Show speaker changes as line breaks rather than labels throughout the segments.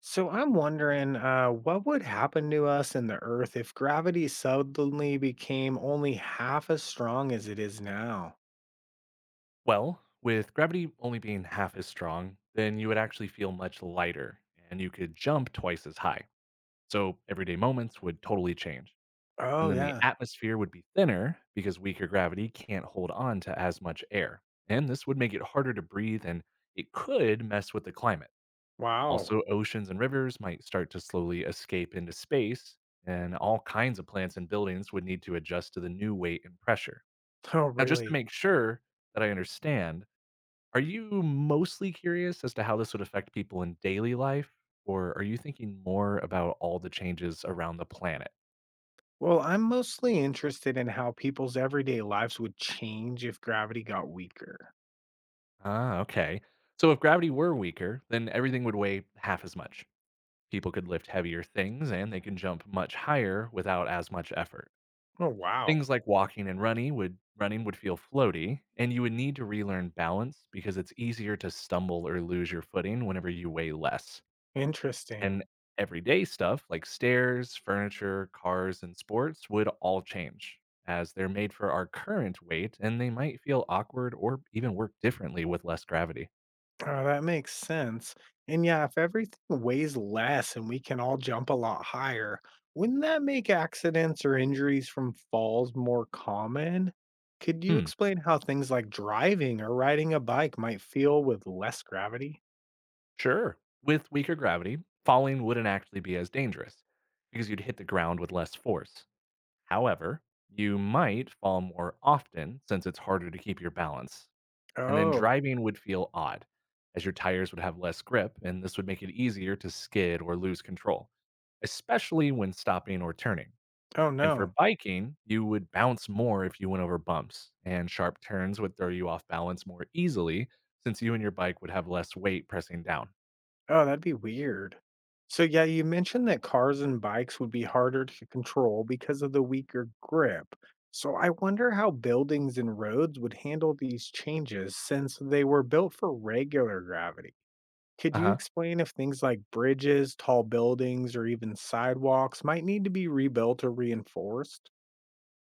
So I'm wondering, what would happen to us and the Earth if gravity suddenly became only half as strong as it is now?
Well, with gravity only being half as strong, then you would actually feel much lighter and you could jump twice as high. So everyday moments would totally change. And
Oh,
then the
yeah.
atmosphere would be thinner because weaker gravity can't hold on to as much air. And this would make it harder to breathe and it could mess with the climate.
Wow.
Also, oceans and rivers might start to slowly escape into space, and all kinds of plants and buildings would need to adjust to the new weight and pressure.
Oh,
Now, just to
really?
make sure that I understand, are you mostly curious as to how this would affect people in daily life, or are you thinking more about all the changes around the planet?
Well, I'm mostly interested in how people's everyday lives would change if gravity got weaker.
Ah, okay. So if gravity were weaker, then everything would weigh half as much. People could lift heavier things and they can jump much higher without as much effort.
Oh, wow.
Things like walking and running would feel floaty, and you would need to relearn balance because it's easier to stumble or lose your footing whenever you weigh less.
Interesting.
And everyday stuff like stairs, furniture, cars, and sports would all change as they're made for our current weight and they might feel awkward or even work differently with less gravity.
Oh, that makes sense. And yeah, if everything weighs less and we can all jump a lot higher, wouldn't that make accidents or injuries from falls more common? Could you
Hmm.
explain how things like driving or riding a bike might feel with less gravity?
Sure. With weaker gravity, falling wouldn't actually be as dangerous because you'd hit the ground with less force. However, you might fall more often since it's harder to keep your balance. And then
Oh,
driving would feel odd, as your tires would have less grip, and this would make it easier to skid or lose control, especially when stopping or turning.
oh
And for
no.
biking, you would bounce more if you went over bumps, and sharp turns would throw you off balance more easily since you and your bike would have less weight pressing down.
Oh, that'd be weird. So yeah, you mentioned that cars and bikes would be harder to control because of the weaker grip. So I wonder how buildings and roads would handle these changes since they were built for regular gravity. Could
Uh
you
huh.
explain if things like bridges, tall buildings, or even sidewalks might need to be rebuilt or reinforced?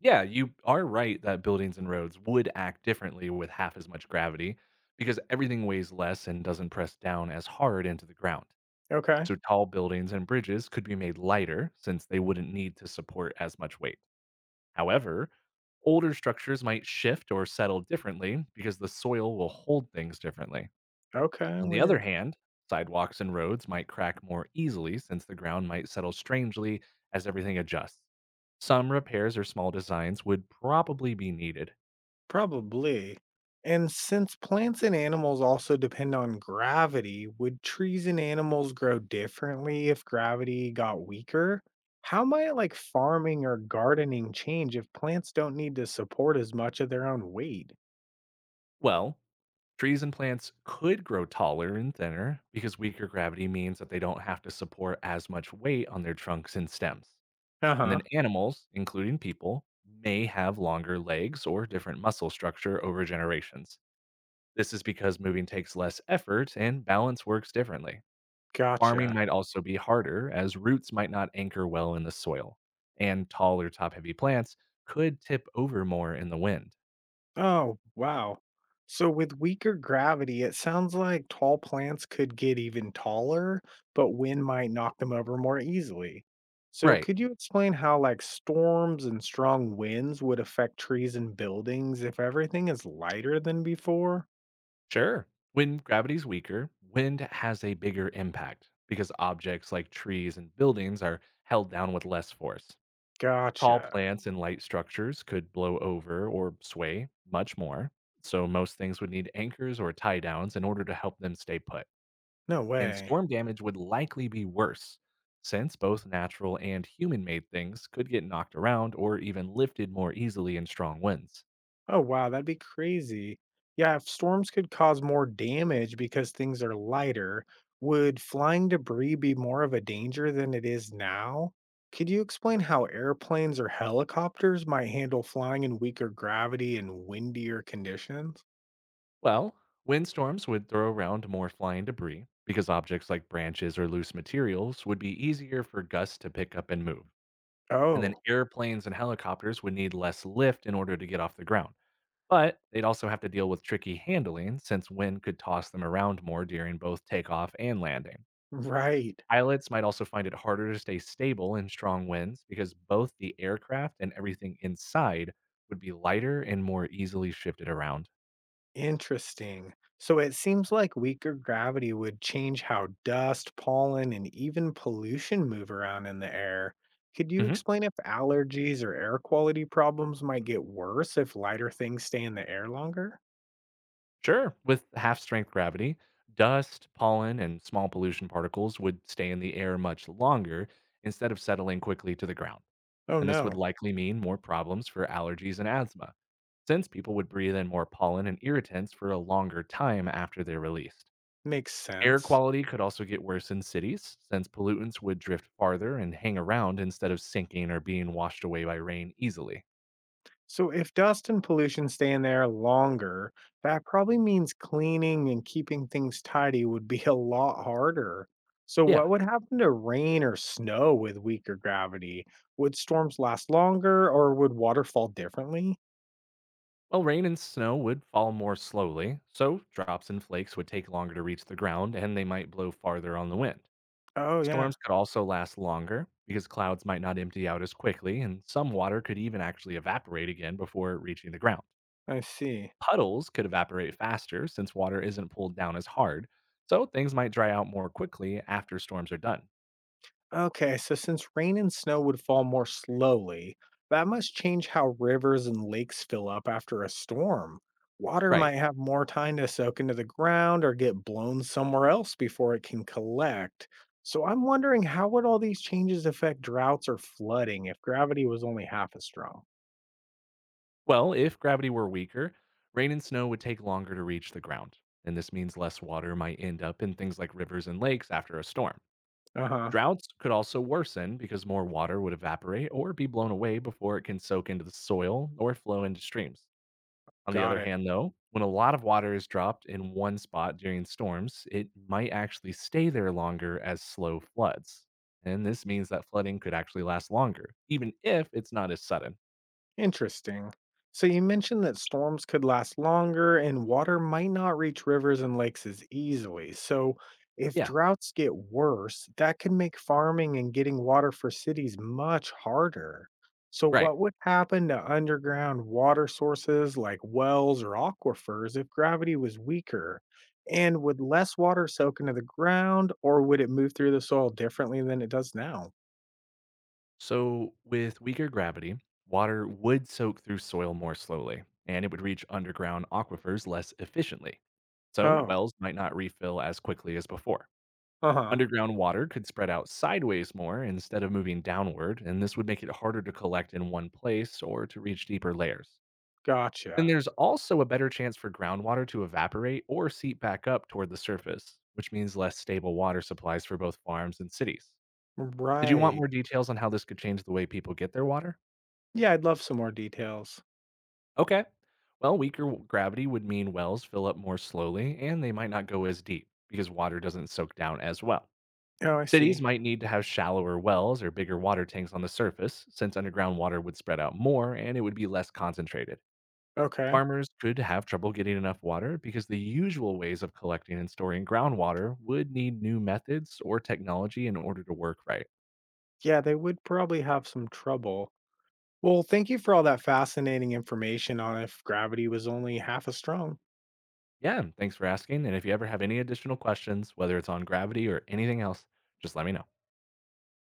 Yeah, you are right that buildings and roads would act differently with half as much gravity because everything weighs less and doesn't press down as hard into the ground.
Okay.
So tall buildings and bridges could be made lighter since they wouldn't need to support as much weight. However, older structures might shift or settle differently because the soil will hold things differently.
Okay,
On the other
weird.
hand, sidewalks and roads might crack more easily since the ground might settle strangely as everything adjusts. Some repairs or small designs would probably be needed.
Probably. And since plants and animals also depend on gravity, would trees and animals grow differently if gravity got weaker? How might, like, farming or gardening change if plants don't need to support as much of their own weight?
Well, trees and plants could grow taller and thinner because weaker gravity means that they don't have to support as much weight on their trunks and stems.
Uh
And
huh.
then animals, including people, may have longer legs or different muscle structure over generations. This is because moving takes less effort and balance works differently. Farming
Gotcha.
might also be harder, as roots might not anchor well in the soil, and tall or top heavy plants could tip over more in the wind.
Oh, wow. So, with weaker gravity, it sounds like tall plants could get even taller, but wind might knock them over more easily. So,
Right.
could you explain how, like, storms and strong winds would affect trees and buildings if everything is lighter than before?
Sure. When gravity's weaker, wind has a bigger impact because objects like trees and buildings are held down with less force. Tall
Gotcha.
plants and light structures could blow over or sway much more. So, most things would need anchors or tie downs in order to help them stay put.
No
And
way.
storm damage would likely be worse since both natural and human made things could get knocked around or even lifted more easily in strong winds.
Oh, wow, that'd be crazy. Yeah, if storms could cause more damage because things are lighter, would flying debris be more of a danger than it is now? Could you explain how airplanes or helicopters might handle flying in weaker gravity and windier conditions?
Well, windstorms would throw around more flying debris because objects like branches or loose materials would be easier for gusts to pick up and move. And then
Oh,
airplanes and helicopters would need less lift in order to get off the ground. But they'd also have to deal with tricky handling since wind could toss them around more during both takeoff and landing.
right.
Pilots might also find it harder to stay stable in strong winds because both the aircraft and everything inside would be lighter and more easily shifted around.
Interesting. So it seems like weaker gravity would change how dust, pollen, and even pollution move around in the air. Could you
Mhm.
explain if allergies or air quality problems might get worse if lighter things stay in the air longer?
Sure. With half strength gravity, dust, pollen, and small pollution particles would stay in the air much longer instead of settling quickly to the ground.
Oh,
And this would
no.
likely mean more problems for allergies and asthma, since people would breathe in more pollen and irritants for a longer time after they're released.
Makes
Air
sense.
quality could also get worse in cities, since pollutants would drift farther and hang around instead of sinking or being washed away by rain easily.
So, if dust and pollution stay in there longer, that probably means cleaning and keeping things tidy would be a lot harder. So,
Yeah.
what would happen to rain or snow with weaker gravity? Would storms last longer or would water fall differently?
Well, rain and snow would fall more slowly, so drops and flakes would take longer to reach the ground and they might blow farther on the wind.
Oh, yeah,
Storms could also last longer because clouds might not empty out as quickly, and some water could even actually evaporate again before reaching the ground.
I see.
Puddles could evaporate faster since water isn't pulled down as hard, so things might dry out more quickly after storms are done.
Okay, so since rain and snow would fall more slowly, that must change how rivers and lakes fill up after a storm. Water
Right.
might have more time to soak into the ground or get blown somewhere else before it can collect. So I'm wondering, how would all these changes affect droughts or flooding if gravity was only half as strong?
Well, if gravity were weaker, rain and snow would take longer to reach the ground, and this means less water might end up in things like rivers and lakes after a storm.
Uh-huh.
Droughts could also worsen because more water would evaporate or be blown away before it can soak into the soil or flow into streams. On the
Got
other
it.
hand, though, when a lot of water is dropped in one spot during storms, it might actually stay there longer as slow floods. And this means that flooding could actually last longer, even if it's not as sudden.
Interesting. So you mentioned that storms could last longer and water might not reach rivers and lakes as easily. So if
Yeah,
droughts get worse, that could make farming and getting water for cities much harder. So
right.
what would happen to underground water sources like wells or aquifers if gravity was weaker? And would less water soak into the ground or would it move through the soil differently than it does now?
So, with weaker gravity, water would soak through soil more slowly, and it would reach underground aquifers less efficiently. So,
Oh,
wells might not refill as quickly as before.
uh-huh.
Underground water could spread out sideways more instead of moving downward, and this would make it harder to collect in one place or to reach deeper layers. Then
Gotcha.
there's also a better chance for groundwater to evaporate or seep back up toward the surface, which means less stable water supplies for both farms and cities. Did you want
Right.
more details on how this could change the way people get their water?
Yeah, I'd love some more details.
Okay. Well, gravity would mean wells fill up more slowly and they might not go as deep because water doesn't soak down as well.
Oh, I
Cities
see.
might need to have shallower wells or bigger water tanks on the surface since underground water would spread out more and it would be less concentrated.
Okay.
Farmers could have trouble getting enough water because the usual ways of collecting and storing groundwater would need new methods or technology in order to work right.
Yeah, they would probably have some trouble. Well, thank you for all that fascinating information on if gravity was only half as strong.
Yeah, and thanks for asking. And if you ever have any additional questions, whether it's on gravity or anything else, just let me know.